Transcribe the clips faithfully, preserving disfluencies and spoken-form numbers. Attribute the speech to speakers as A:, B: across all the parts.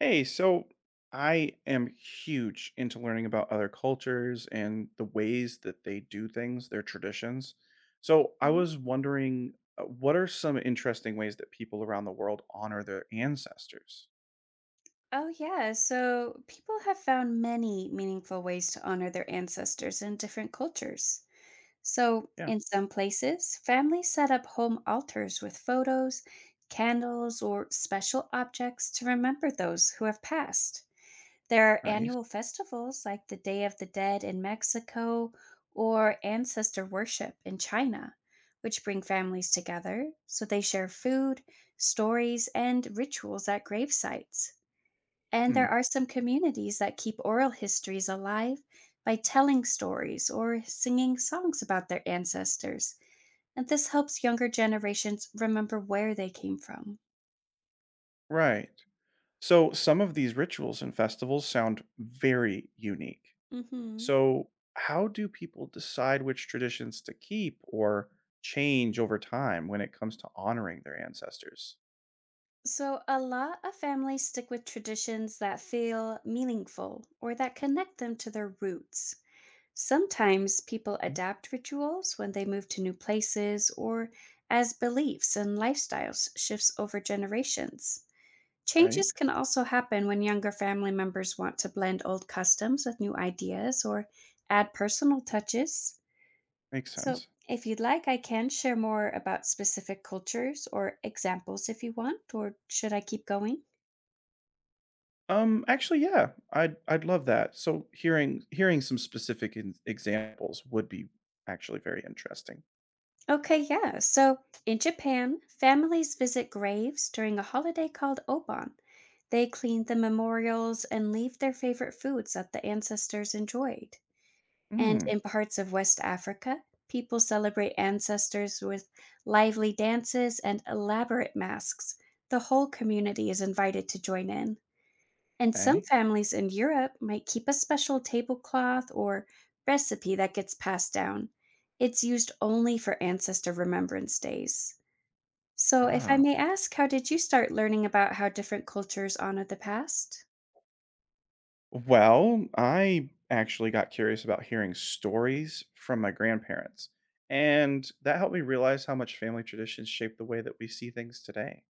A: Hey, so I am huge into learning about other cultures and the ways that they do things, their traditions. So I
B: Mhm.
A: was wondering, uh, what are some interesting ways that people around the world honor their ancestors?
B: Oh, yeah. So people have found many meaningful ways to honor their ancestors in different cultures. So,
A: Yeah,
B: in some places, families set up home altars with photos, candles, or special objects to remember those who have passed. There are
A: nice.
B: annual festivals like the Day of the Dead in Mexico or ancestor worship in China, which bring families together so they share food, stories, and rituals at grave sites. And there
A: Hmm,
B: are some communities that keep oral histories alive by telling stories or singing songs about their ancestors. And this helps younger generations remember where they came from.
A: right. So some of these rituals and festivals sound very unique.
B: Mhm.
A: So how do people decide which traditions to keep or change over time when it comes to honoring their ancestors?
B: So, a lot of families stick with traditions that feel meaningful or that connect them to their roots. Sometimes people
A: Right?
B: adapt rituals when they move to new places or as beliefs and lifestyles shifts over generations.
A: Right?
B: Changes can also happen when younger family members want to blend old customs with new ideas or add personal touches.
A: Makes
B: So,
A: sense.
B: if you'd like, I can share more about specific cultures or examples if you want, or should I keep going?
A: Um, actually, yeah, I'd I'd love that. So hearing hearing some specific in- examples would be actually very interesting.
B: Okay, yeah. So in Japan, families visit graves during a holiday called Obon. They clean the memorials and leave their favorite foods that the ancestors enjoyed. And
A: Hmm.
B: in parts of West Africa, people celebrate ancestors with lively dances and elaborate masks. The whole community is invited to join in. And some
A: Okay.
B: families in Europe might keep a special tablecloth or recipe that gets passed down. It's used only for ancestor remembrance days. So, if I
A: Ah.
B: may ask, how did you start learning about how different cultures honor the past?
A: Well, I actually got curious about hearing stories from my grandparents, and that helped me realize how much family traditions shape the way that we see things today.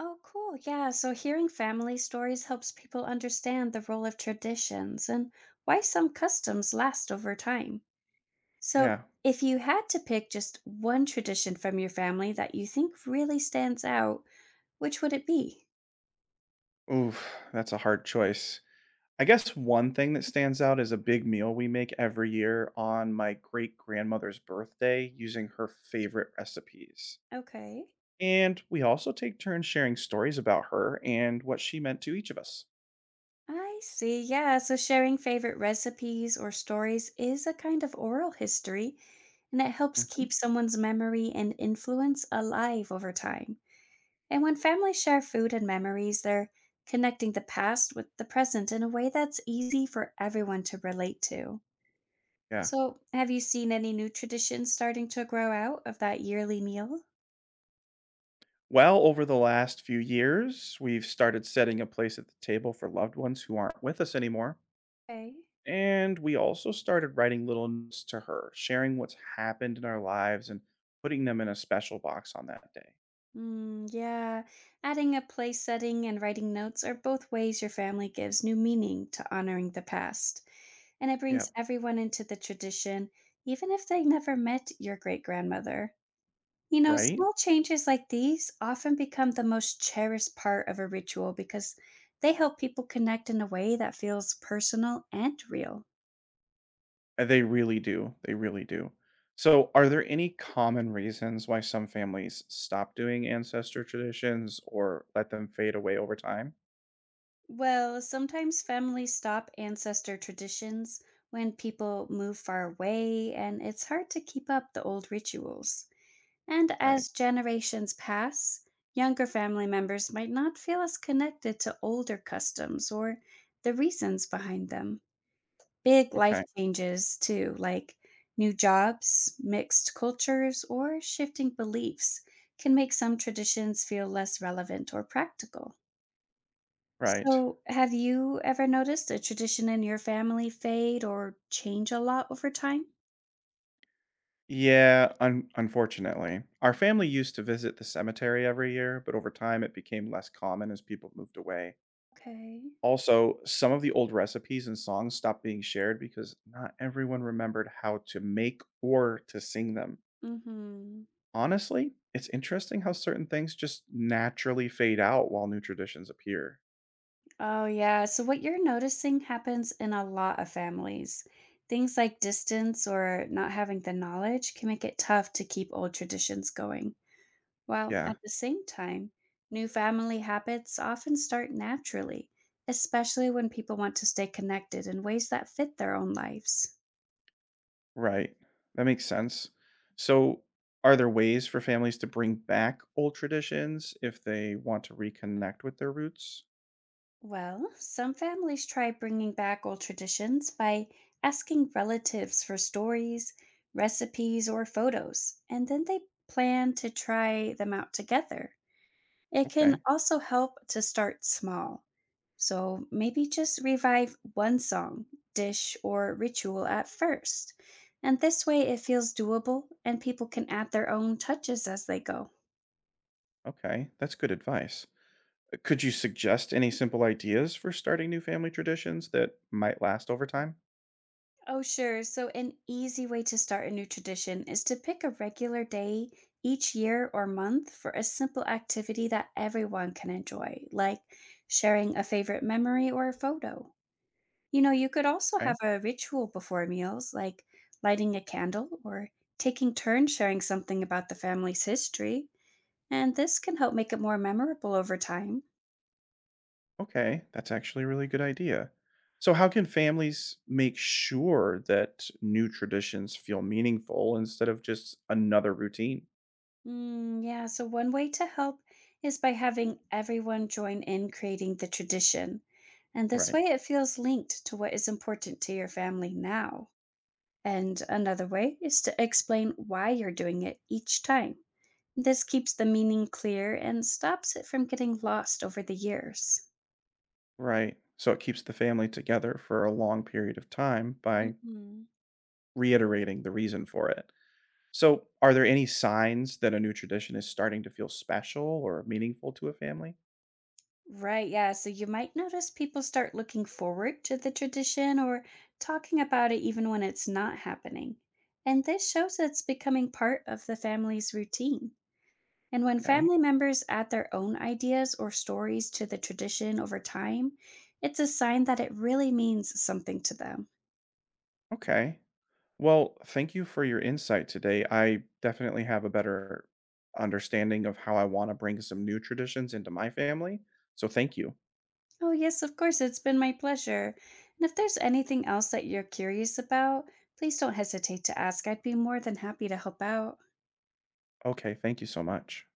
B: Oh, cool. Yeah. So hearing family stories helps people understand the role of traditions and why some customs last over time. So,
A: Yeah.
B: if you had to pick just one tradition from your family that you think really stands out, which would it be?
A: Oof, that's a hard choice. I guess one thing that stands out is a big meal we make every year on my great grandmother's birthday using her favorite recipes.
B: Okay.
A: And we also take turns sharing stories about her and what she meant to each of us.
B: I see. Yeah. So sharing favorite recipes or stories is a kind of oral history, and it helps
A: Mhm.
B: keep someone's memory and influence alive over time. And when families share food and memories, they're connecting the past with the present in a way that's easy for everyone to relate to.
A: Yeah.
B: So, have you seen any new traditions starting to grow out of that yearly meal?
A: Well, over the last few years, we've started setting a place at the table for loved ones who aren't with us anymore.
B: Okay.
A: And we also started writing little notes to her, sharing what's happened in our lives and putting them in a special box on that day.
B: Mm, yeah, adding a place setting and writing notes are both ways your family gives new meaning to honoring the past, and it brings
A: Yep.
B: everyone into the tradition, even if they never met your great grandmother. You know,
A: Right?
B: small changes like these often become the most cherished part of a ritual because they help people connect in a way that feels personal and real.
A: Uh, They really do. They really do. So, are there any common reasons why some families stop doing ancestor traditions or let them fade away over time?
B: Well, sometimes families stop ancestor traditions when people move far away and it's hard to keep up the old rituals. And
A: Right.
B: as generations pass, younger family members might not feel as connected to older customs or the reasons behind them. Big
A: Okay.
B: life changes, too, like new jobs, mixed cultures, or shifting beliefs, can make some traditions feel less relevant or practical.
A: Right.
B: So, have you ever noticed a tradition in your family fade or change a lot over time?
A: Yeah, un- unfortunately. Our family used to visit the cemetery every year, but over time it became less common as people moved away.
B: Okay.
A: Also, some of the old recipes and songs stopped being shared because not everyone remembered how to make or to sing them.
B: Mm-hmm.
A: Honestly, it's interesting how certain things just naturally fade out while new traditions appear.
B: Oh, yeah. So, what you're noticing happens in a lot of families. Things like distance or not having the knowledge can make it tough to keep old traditions going. While
A: Yeah,
B: at the same time, new family habits often start naturally, especially when people want to stay connected in ways that fit their own lives.
A: right. That makes sense. So, are there ways for families to bring back old traditions if they want to reconnect with their roots?
B: Well, some families try bringing back old traditions by asking relatives for stories, recipes, or photos, and then they plan to try them out together. It can
A: Okay,
B: also help to start small. So maybe just revive one song, dish, or ritual at first. And this way it feels doable and people can add their own touches as they go.
A: okay. That's good advice. Uh, Could you suggest any simple ideas for starting new family traditions that might last over time?
B: Oh, sure. So, an easy way to start a new tradition is to pick a regular day each year or month for a simple activity that everyone can enjoy, like sharing a favorite memory or a photo. You know, you could also
A: Okay.
B: have a ritual before meals, like lighting a candle or taking turns sharing something about the family's history. And this can help make it more memorable over time.
A: Okay, that's actually a really good idea. So, how can families make sure that new traditions feel meaningful instead of just another routine?
B: Mm, yeah, so one way to help is by having everyone join in creating the tradition. And this
A: Right,
B: way it feels linked to what is important to your family now. And another way is to explain why you're doing it each time. This keeps the meaning clear and stops it from getting lost over the years.
A: right. So, it keeps the family together for a long period of time by
B: Hmm.
A: reiterating the reason for it. So, are there any signs that a new tradition is starting to feel special or meaningful to a family?
B: Right, yeah. So you might notice people start looking forward to the tradition or talking about it even when it's not happening. And this shows it's becoming part of the family's routine. And when
A: Okay,
B: family members add their own ideas or stories to the tradition over time, it's a sign that it really means something to them.
A: okay. Well, thank you for your insight today. I definitely have a better understanding of how I want to bring some new traditions into my family. So thank you.
B: Oh, yes, of course, it's been my pleasure. And if there's anything else that you're curious about, please don't hesitate to ask. I'd be more than happy to help out.
A: Okay, thank you so much.